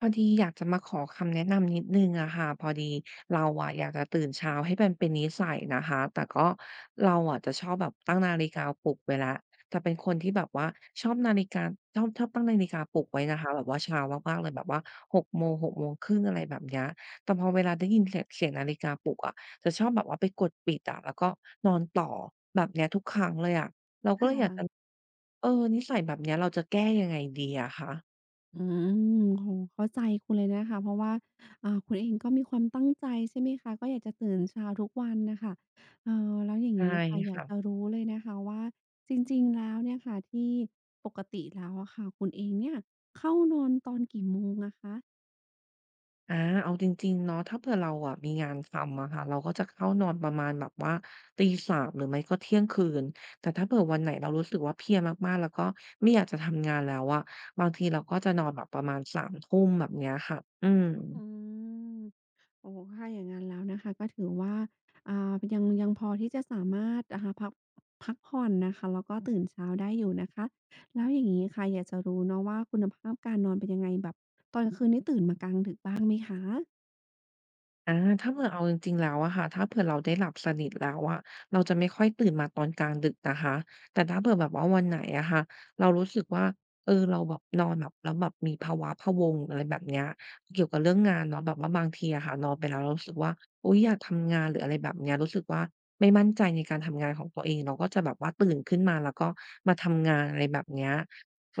พอดีอยากจะมาขอคำแนะนำนิดนึงอะค่ะพอดีเราอะอยากจะตื่นเช้าให้มันเป็นนิสัยนะคะแต่ก็เราอะจะชอบแบบตั้งนาฬิกาปลุกไว้ละแต่เป็นคนที่แบบว่าชอบนาฬิกาชอบตั้งนาฬิกาปลุกไว้นะคะแบบว่าเช้ามากๆเลยแบบว่าหกโมงหกโมงครึ่งอะไรแบบเนี้ยแต่พอเวลาได้ยินเสียงนาฬิกาปลุกอะจะชอบแบบว่าไปกดปิดอะแล้วก็นอนต่อแบบเนี้ยทุกครั้งเลยอะเราก็ค่เลยอยากจะะเออนิสัยแบบเนี้ยเราจะแก้ยังไงดีอะคะอืมโอ้โฮเข้าใจคุณเลยนะคะ เพราะว่าคุณเองก็มีความตั้งใจใช่ไหมคะก็อยากจะตื่นเช้าทุกวันน่ะค่ะแล้วอย่างใช่งี้ค่ะอยากค่ะ จะรู้เลยนะคะว่าจริงๆแล้วเนี่ยค่ะที่ปกติแล้วอะค่ะคุณเองเนี่ยเข้านอนตอนกี่โมงอะคะ อาเอาจริงๆเนาะถ้าเผื่อเราอะมีงานทำอะค่ะเราก็จะเข้านอนประมาณแบบว่าตี3ามหรือไม่ก็เที่ยงคืนแต่ถ้าเผื่อวันไหนเรารู้สึกว่าเพลียมากๆแล้วก็ไม่อยากจะทำงานแล้วอะบางทีเราก็จะนอนแบบประมาณสามทุ่มแบบเนี้ยค่ะอืม อืมโอ้โฮถ้าอย่างงั้นแล้วนะคะก็ถือว่าอ่ายังพอที่จะสามารถนะคะพักผ่อนนะคะแล้วก็ตื่นเช้าได้อยู่นะคะแล้วอย่างงี้ค่ะอยากจะรู้เนาะว่าคุณภาพการนอนเป็นยังไงแบบตอนกลางคืนนี่ตื่นมากลางดึกบ้างไหมคะอาถ้าเผื่อเอาจริงๆแล้วอะค่ะถ้าเผื่อเราได้หลับสนิทแล้วอะเราจะไม่ค่อยตื่นมาตอนกลางดึกนะคะแต่ถ้าเผื่อแบบว่าวันไหนอะค่ะเรารู้สึกว่าเออเราแบบนอนแบบแล้วแบบมีภาวะพะวงอะไรแบบเนี้ยเกี่ยวกับเรื่องงานเนาะแบบว่าบางทีอะค่ะนอนไปแล้วเรารู้สึกว่าอุ๊ยอยากทำงานหรืออะไรแบบเนี้ยรู้สึกว่าไม่มั่นใจในการทำงานของตัวเองเราก็จะแบบว่าตื่นขึ้นมาแล้วก็มาทำงานอะไรแบบเนี้ยค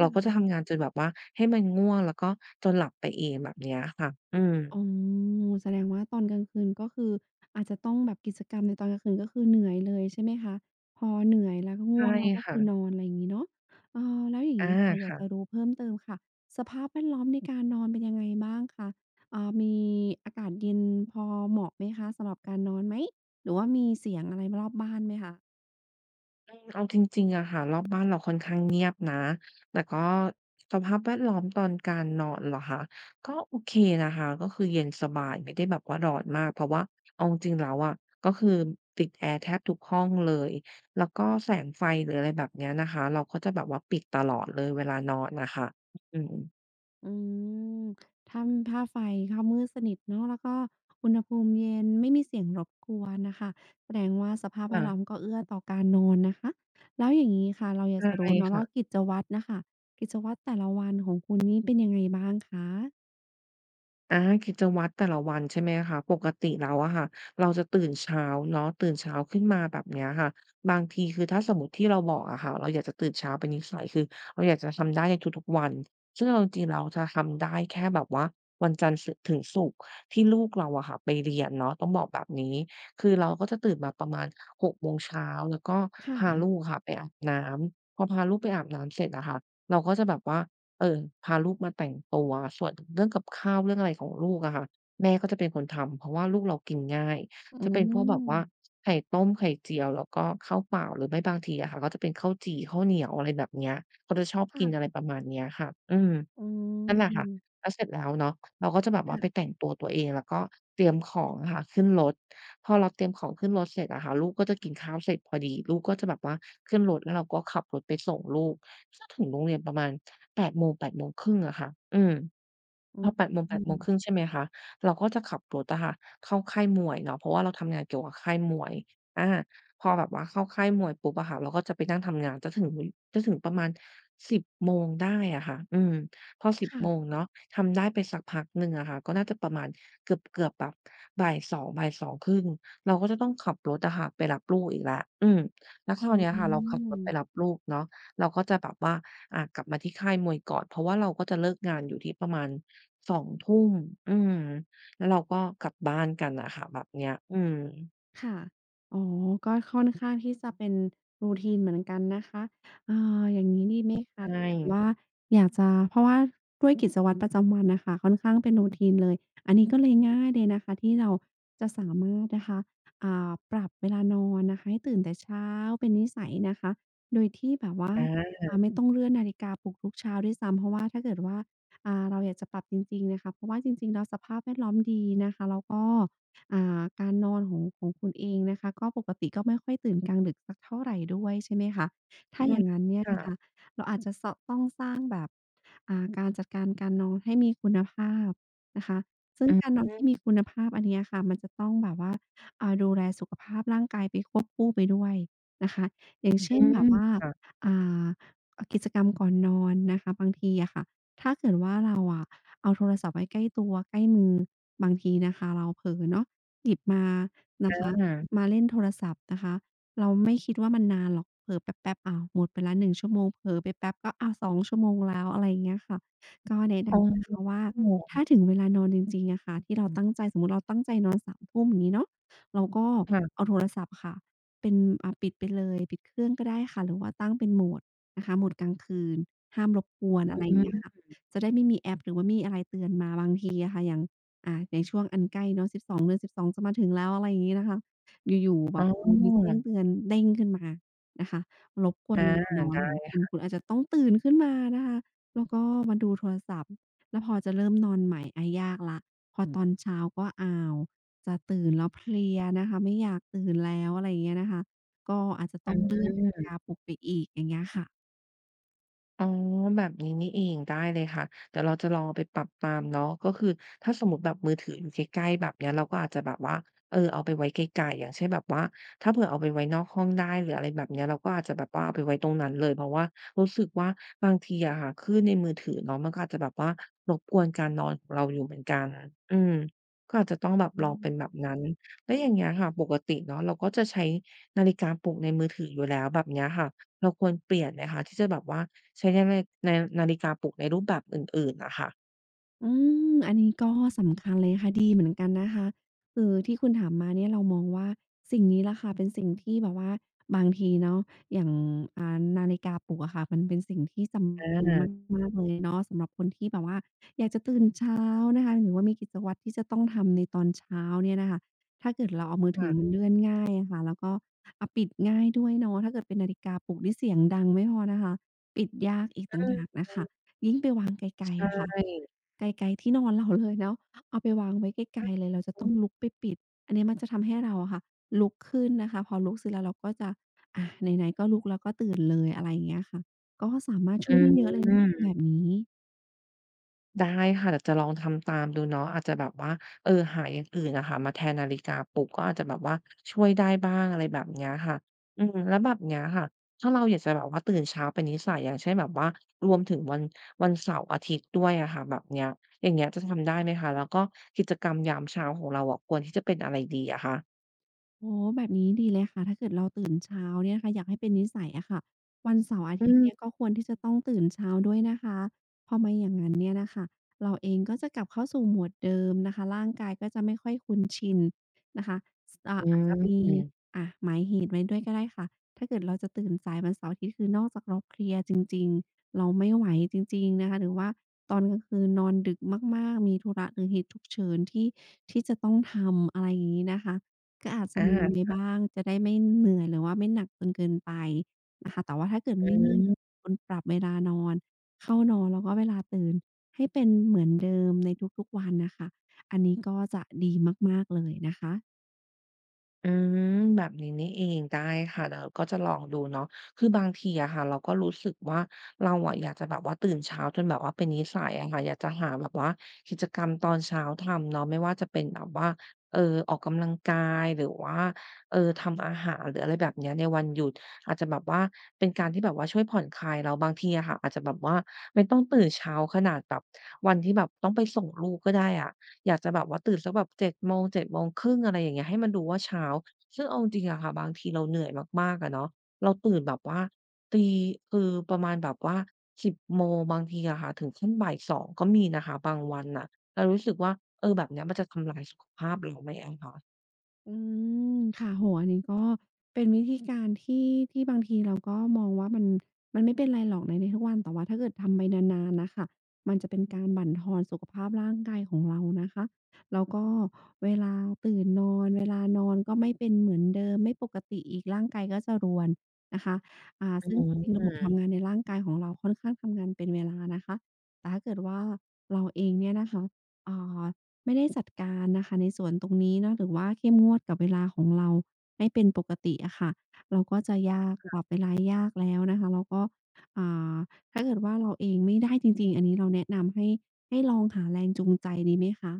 เราก็จะ่ะ ทำงานจนแบบว่าให้มันง่วงแล้วก็จนหลับไปเองแบบเนี้ยค่ะอืมอ๋อแสดงว่าตอนกลางคืนก็คืออาจจะต้องแบบกิจกรรมในตอนกลางคืนก็คือเหนื่อยเลยใช่ไหมคะพอเหนื่อยแล้วก็ใช่ง่วงแล้วก็คือนค่ะ อนอะไรอย่างงี้เนาะเออแล้วอย่างอางี้ค่ะอยากจะค่ะรู้เพิ่มเติมค่ะสภาพแวดล้อมในการนอนเป็นยังไงบ้างคะมีอากาศเย็นพอเหมาะไหมคะสำหรับการนอนไหมหรือว่ามีเสียงอะไรรอบบ้านไหมคะ อืมเอาจริงๆอะค่ะรอบบ้านเราค่อนข้างเงียบนะแต่ก็สภาพแวดล้อมตอนการนอนเหรอคะก็โอเคนะคะก็คือเย็นสบายไม่ได้แบบว่าร้อนมากเพราะว่าเอาจริงๆแล้วอะก็คือติดแอร์แทบทุกห้องเลยแล้วก็แสงไฟหรืออะไรแบบเนี้ยนะคะเราก็จะแบบว่าปิดตลอดเลยเวลานอนน่ะค่ะอืมอืมถ้าไฟเขามืดสนิทเนาะแล้วก็อุณหภูมิเย็นไม่มีเสียงรบกวนน่ะค่ะแสดงว่าสภาพแวค่ะดล้อมก็เอื้อต่อการนอนนะคะแล้วอย่างงี้ค่ะเราอยากจะใช่รู้เนาะว่าค่ะ กิจวัตรน่ะค่ะกิจวัตรแต่ละวันของคุณนี่เป็นยังไงบ้างคะอากิจวัตรแต่ละวันใช่ไหมคะปกติแล้วอะค่ะเราจะตื่นเช้าเนาะตื่นเช้าขึ้นมาแบบเนี้ยค่ะบางทีคือถ้าสมมุติที่เราบอกอะค่ะเราอยากจะตื่นเช้าเป็นนิสัยคือเราอยากจะทำได้ในทุกๆวันซึ่งเอาจริงๆเราจะทำได้แค่แบบว่าวันจันทร์สึถึงศุกร์ที่ลูกเราอะค่ะไปเรียนเนาะต้องบอกแบบนี้คือเราก็จะตื่นมาประมาณ6โมงเช้าแล้วก็พาค่ะลูกอะค่ะไปอาบน้ำพอพาลูกไปอาบน้ำเสร็จอะค่ะเราก็จะแบบว่า เออพาลูกมาแต่งตัวส่วนเรื่องกับข้าวเรื่องอะไรของลูกอะค่ะแม่ก็จะเป็นคนทำเพราะว่าลูกเรากินง่ายอืจะเป็นพวกแบบว่ามไข่ต้มไข่เจียวแล้วก็ข้าวเปล่าหรือไม่บางทีอะค่ะก็จะเป็นข้าวจี่ข้าวเหนียวอะไรแบบเนี้ยเขาจะชอบกิค่ะนอะไรประมาณเนี้ยค่ะอืม อืมนั่นแหละค่ะแล้วเสร็จแล้วเนาะเราก็จะแบบว่าไปแต่ค่ะงตัวตัวเองแล้วก็เตรียมของอะค่ะขึ้นรถ พอเราเตรียมของขึ้นรถเสร็จอะค่ะลูกก็จะกินข้าวเสร็จพอดีลูกก็จะแบบว่าขึ้นรถแล้วเราก็ขับรถไปส่งลูกก็ถึงโรงเรียนประมาณ8โมง8โมงครึ่งอะค่ะอืม พอแปดโมงแปอืดโมงมครึ่งใช่ไหมคะเราก็จะขับรถอะค่ะเข้าค่ายมวยเนาะเพราะว่าเราทำงานเกี่ยวกับค่ายมวยอาพอแบบว่าเข้าค่ายมวยปุ๊บอะค่ะเราก็จะไปนั่งทำงานจะถึงประมาณสิบโมงได้อะค่ะอืมพอสิบโมงค่ะเนาะทำได้ไปสักพักหนึ่งอะค่ะก็น่าจะประมาณเกือบๆแบบบ่ายสองบ่ายสองครึ่งเราก็จะต้องขับรถอะค่ะไปรับลูกอีกแล้วอืมแล้วคราวอืเนี้ยค่ะเราขับรถไปรัม บลูกเนาะเราก็จะแบบว่ากลับมาที่ค่ายมวยก่อนเพราะว่าเราก็จะเลิกงานอยู่ที่ประมาณ สองทุ่ม อืม แล้วเราก็กลับบ้านกันนะค่ะแบบเนี้ยอืมค่ะอ๋อก็ค่อนข้างที่จะเป็น routine เหมือนกันนะคะอย่างงี้ดีไหมคะใช่ถ้าเกิดว่าอยากจะเพราะว่าด้วยกิจวัตรประจำวันน่ะค่ะค่อนข้างเป็น routine เลย อันนี้ก็เลยง่ายเลยนะคะที่เราจะสามารถนะคะปรับเวลานอนนะคะให้ตื่นแต่เช้าเป็นนิสัยนะคะโดยที่แบบว่าอาไม่ต้องเลื่อนนาฬิกาปลุกทุกเช้าด้วยซ้ำเพราะว่าถ้าเกิดว่าเราอยากจะปรับจริงๆนะคะเพราะว่าจริงๆแล้วสภาพแวดล้อมดีนะคะแล้วก็ การนอนของคุณเองนะคะก็ปกติก็ไม่ค่อยตื่นกลางดึกสักเท่าไรด้วยใช่ไหมคะถ้าอใช่ย่างงั้นเนี่ยค่ะนะคะเราอาจจะสต้องสร้างแบบการจัดการการนอนให้มีคุณภาพนะคะซึ่งอือการนอนที่ฮึมีคุณภาพอันเนี้ยค่ะมันจะต้องแบบว่าดูแลสุขภาพร่างกายไปควบคู่ไปด้วยนะคะอย่างอืเช่นแบมบว่าค่ะอ่ากิจกรรมก่อนนอนนะคะบางทีอะค่ะถ้าเกิดว่าเราอะเอา ใกล้ตัวใกล้มือบางทีนะคะเราเผลอเนาะหยิบมานะคะอามาเล่นโทรศัพท์นะคะเราไม่คิดว่ามันนานหรอกเผลอแป๊บๆอ้าวหมดไปแล้วหนึ่งชั่วโมงเผลอไปแป๊บก็อ้าวสองชั่วโมงแล้วอะไรอย่างเงี้ยค่ะก็แนะอ๋นำนะคะอว่าถ้าถึงเวลานอนจริงๆอะค่ะที่เราตั้งใจสมมุติเราตั้งใจนอนสามทุ่มอย่างงี้เนาะเราก็ค่ะเอาโทรศัพท์ค่ะเป็นปิดไปเลยปิดเครื่องก็ได้ค่ะหรือว่าตั้งเป็นโหมดนะคะโหมดกลางคืนห้ามรบกวนอะอืไรออย่าฮึงเงี้ยค่ะ จะได้ไม่มีแอปหรือว่ามีอะไรเตือนมาบางทีอะค่ะอย่างในช่วงอันใกล้เนาะ12เดือน12จะมาถึงแล้วอะไรอย่างงี้นะคะอยู่ๆแบอ๋อบเออมีแจ้งเตือนเด้งขึ้นมานะคะรบกวนอาเวลานอนของได้ คุณคุณอาจจะต้องตื่นขึ้นมานะคะแล้วก็มาดูโทรศัพท์แล้วพอจะเริ่มนอนใหม่อะยากแล้วพออืตมอนเช้าก็อ้าวจะตื่นแล้วเพลียนะคะไม่อยากตื่นแล้วอะไรอย่างเงี้ยนะคะก็อาจจะต้องเลื่อนนาฬิกาปลุกไปอีกอย่างเงี้ยค่ะ อ๋อแบบนี้นี่เองได้เลยค่ะเดี๋ยวเราจะลองเอาไปปรับตามเนาะก็คือถ้าสมมุติแบบมือถืออยู่ใกล้ๆแบบเนี้ยเราก็อาจจะแบบว่าเอาไปไว้ไกลๆอย่างเช่นแบบว่าถ้าเผื่อเอาไปไว้นอกห้องได้หรืออะไรแบบเนี้ยเราก็อาจจะแบบว่าเอาไปไว้ตรงนั้นเลยเพราะว่ารู้สึกว่าบางทีอะค่ะคลื่นในมือถือเนาะมันก็อาจจะแบบว่ารบกวนการนอนของเราอยู่เหมือนกันอืมก็อาจจะต้องแบบลองเป็นแบบนั้นแล้วอย่างเงี้ยค่ะปกติเนาะเราก็จะใช้นาฬิกาปลุกในมือถืออยู่แล้วแบบเนี้ยค่ะ เราควรเปลี่ยนไหมคะที่จะแบบว่าใช้ในในนาฬิกาปลุกในรูปแบบอื่นๆน่ะค่ะอืมอันนี้ก็สำคัญเลยค่ะดีเหมือนกันนะคะคือที่คุณถามมาเนี่ยเรามองว่าสิ่งนี้แหละค่ะเป็นสิ่งที่แบบว่าบางทีเนาะอย่างนาฬิกาปลุกอะค่ะมันเป็นสิ่งที่จอำเป็นามากๆเลยเนาะสำหรับคนที่แบบว่าอยากจะตื่นเช้านะคะหรือว่ามีกิจวัตรที่จะต้องทำในตอนเช้าเนี่ยนะคะถ้าเกิดเราเอามือถือมัค่ะนเลื่อนง่ายอะค่ะแล้วก็ปิดง่ายด้วยเนาะถ้าเกิดเป็นนาฬิกาปลุกที่เสียงดังไม่พอนะคะปิดยากอีกต่างอืหามกน่ะค่ะยิ่งไปวางไกลๆใช่ค่ะ ไกลๆที่นอนเราเลยเนาะเอาไปวางไว้ไกลๆเลยเราจะต้องลุกไปปิดอันนี้มันจะทำให้เราอะค่ะลุกขึ้นนะคะพอลุกเสร็จแล้วเราก็จะอาไหนๆก็ลุกแล้วก็ตื่นเลยอะไรอย่างเงี้ยค่ะก็สามารถอืช่วยได้เยอะมเลยนะแบบนี้ ได้ค่ะเดี๋ยวจะลองทำตามดูเนาะอาจจะแบบว่าหาอย่างอื่นอะค่ะมาแทนนาฬิกาปลุกก็อาจจะแบบว่าช่วยได้บ้างอะไรแบบเนี้ยค่ะอืมแล้วแบบเนี้ยค่ะถ้าเราอยากจะแบบว่าตื่นเช้าเป็นนิสัยอย่างเช่นแบบว่ารวมถึงวันเสาร์อาทิตย์ด้วยอะค่ะแบบเนี้ยอย่างเงี้ยจะทำได้ไหมคะแล้วก็กิจกรรมยามเช้าของเราอะควรที่จะเป็นอะไรดีอะคะ โอ๋อแบบนี้ดีเลยค่ะถ้าเกิดเราตื่นเช้าเนี่ยนะคะอยากให้เป็นนิสัยอะค่ะวันเสาร์อาอืทิตย์เนี่ยมก็ควรที่จะต้องตื่นเช้าด้วยนะคะเพราะไม่อย่างงั้นเนี่ยน่ะค่ะเราเองก็จะกลับเข้าสู่โหมดเดิมนะคะร่างกายก็จะไม่ค่อยคุ้นชินนะคะสอือาจจะมีมหมายเหตุไว้ด้วยก็ได้ค่ะถ้าเกิดเราจะตื่นสายวันเสาร์อาทิตย์คือนอกจากเราเพลียจริงๆเราไม่ไหวจริงๆนะคะหรือว่าตอนกลางคืนนอนดึกมากๆมีธุระหรือเหตุฉุกเฉินที่ที่จะต้องทำอะไรอย่างงี้นะคะ ก็อาจจะมีไปอาบ้างจะได้ไม่เหนื่อยหรือว่าไม่หนักจนเกินไปนะคะแต่ว่าถ้าเกิดอืไม่เลี่ยงมคุณปรับเวลานอนเข้านอนแล้วก็เวลาตื่นให้เป็นเหมือนเดิมในทุกๆวันน่ะค่ะอันนี้ก็จะดีมากๆเลยนะคะ อืมแบบนี้นี่เองได้ค่ะเดี๋ยวก็จะลองดูเนาะคือบางทีอะค่ะเราก็รู้สึกว่าเราอะอยากจะแบบว่าตื่นเช้าจนแบบว่าเป็นนิสัยอะค่ะอยากจะหาแบบว่ากิจกรรมตอนเช้าทำเนาะไม่ว่าจะเป็นแบบว่าเอ่อออกกำลังกายหรือว่าทำอาหารหรืออะไรแบบเนี้ยในวันหยุดอาจจะแบบว่าเป็นการที่แบบว่าช่วยผ่อนคลายเราบางทีอะค่ะอาจจะแบบว่าไม่ต้องตื่นเช้าขนาดแบบวันที่แบบต้องไปส่งลูกก็ได้อะ อยากจะแบบว่าตื่นสักแบบเจ็ดโมง7่งอะไรอย่างเงี้ยให้มันดูว่าเช้าซึ่งเอาจริงๆอะค่ะบางทีเราเหนื่อยมากๆอะเนาะเราตื่นแบบว่าตีคือประมาณแบบว่า10โมงบางทีอะค่ะถึงขั้นบ่าย2ก็มีนะคะบางวันน่ะเรารู้สึกว่าเออแบบเนี้ยมันจะทำลายสุขภาพเราไหมอะคะอืมค่ะโอ้โฮอันนี้ก็เป็นวิธีการที่ที่บางทีเราก็มองว่ามันมันไม่เป็นไรหรอกในในทุกวันแต่ว่าถ้าเกิดทำไปนานๆน่ะค่ะมันจะเป็นการบั่นทอนสุขภาพร่างกายของเรานะคะแล้วก็เวลาตื่นนอนเวลานอนก็ไม่เป็นเหมือนเดิมไม่ปกติอีกร่างกายก็จะรวนนะคะอืซึ่งมจริงอๆระบบทำงานในร่างกายของเราค่อนข้างทำงานเป็นเวลานะคะแต่ถ้าเกิดว่าเราเองเนี่ยนะคะอ่า ไม่ได้จัดการนะคะในส่วนตรงนี้เนาะหรือว่าเข้มงวดกับเวลาของเราให้เป็นปกติอะค่ะเราก็จะยากปรับเวลายากแล้วนะคะแล้วก็อ่าถ้าเกิดว่าเราเองไม่ได้จริงๆอันนี้เราแนะนำให้ให้ลองหาแรงจูงใจดีไหมคะ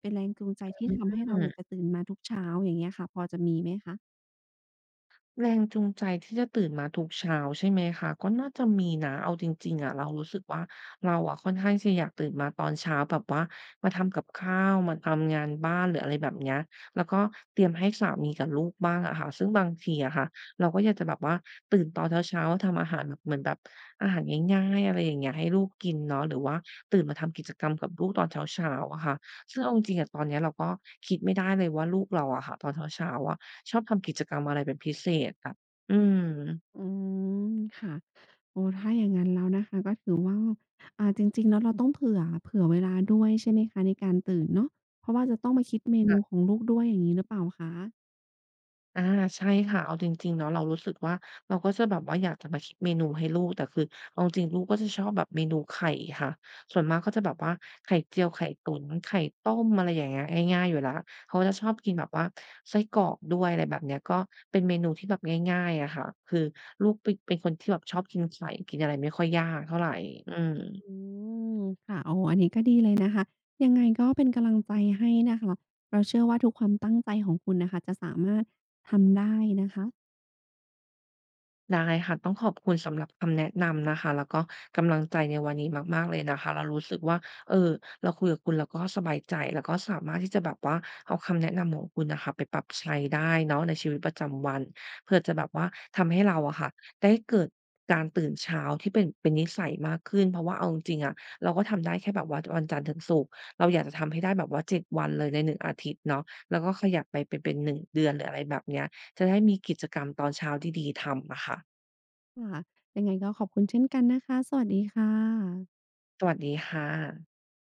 เป็นแรงจูงใจที่ทำให้เราือม ยากจะตื่นมาทุกเช้าอย่างเงี้ยค่ะพอจะมีไหมคะ แรงจูงใจที่จะตื่นมาทุกเช้าใช่ไหมคะก็น่าจะมีนะเอาจริงๆอะเรารู้สึกว่าเราอะค่อนข้างจะอยากตื่นมาตอนเช้าแบบว่ามาทำกับข้าวมาทำงานบ้านหรืออะไรแบบเนี้ยแล้วก็เตรียมให้สามีกับลูกบ้างอะค่ะซึ่งบางทีอะค่ะเราก็อยากจะแบบว่าตื่นตอนเช้าๆทำอาหารแบบเหมือนแบบอาหารง่ายๆอะไรอย่างเงี้ยให้ลูกกินเนาะหรือว่าตื่นมาทำกิจกรรมกับลูกตอนเช้าๆอะค่ะซึ่งเอาจริงๆอะตอนเนี้ยเราก็คิดไม่ได้เลยว่าลูกเราอะค่ะตอนเช้าๆอะ ชอบทำกิจกรรมอะไรเป็นพิเศษอะอืมอืมค่ะโอ้ถ้าอย่างงั้นแล้วนะคะก็ถือว่าจริงๆแล้วเราต้องเผื่อเผื่อเวลาด้วยใช่ไหมคะในการตื่นเนาะเพราะว่าจะต้องมาคิดเมนูขค่ะองลูกด้วยอย่างงี้หรือเปล่าคะอาใช่ค่ะเอาจริงๆเนาะเรารู้สึกว่าเราก็จะแบบว่าอยากจะมาคิดเมนูให้ลูกแต่คือเอาจริงๆลูกก็จะชอบแบบเมนูไข่ค่ะส่วนมากก็จะแบบว่าไข่เจียวไข่ตุ๋นไข่ต้มอะไรอย่างเงี้ยง่ายๆอยู่แล้วเขาก็จะชอบกินแบบว่าไส้กรอกด้วยอะไรแบบเนี้ยก็เป็นเมนูที่แบบง่ายๆอะค่ะคือลูกเป็นคนที่แบบชอบกินไข่กินอะไรไม่ค่อยยากเท่าไรอืม อืมค่ะโอ้อันนี้ก็ดีเลยนะคะยังไงก็เป็นกำลังใจให้นะคะเราเชื่อว่าทุกความตั้งใจของคุณน่ะค่ะจะสามารถทำได้นะคะได้ค่ะต้องขอบคุณสำหรับคำแนะนำนะคะแล้วก็กำลังใจในวันนี้มากๆเลยนะคะเรารู้สึกว่าเออเราคุยกับคุณแล้วก็สบายใจแล้วก็สามารถที่จะแบบว่าเอาคำแนะนำของคุณน่ะค่ะไปปรับใช้ได้เนาะในชีวิตประจำวันเพื่อจะแบบว่าทำให้เราอะค่ะได้เกิดการตื่นเช้าที่เป็นนิสัยมากขึ้นเพราะว่าเอาจริงๆอะเราก็ทำได้แค่แบบว่าวันจันทร์ถึงศุกร์เราอยากจะทำให้ได้แบบว่า7วันเลยในหนึ่งอาทิตย์เนาะแล้วก็ขยับไปเป็นหนึ่งเดือนหรืออะไรแบบเนี้ย จะได้มีกิจกรรมตอนเช้าดีๆทำอะค่ะค่ะยังไงก็ขอบคุณเช่นกันนะคะสวัสดีค่ะสวัสดีค่ะ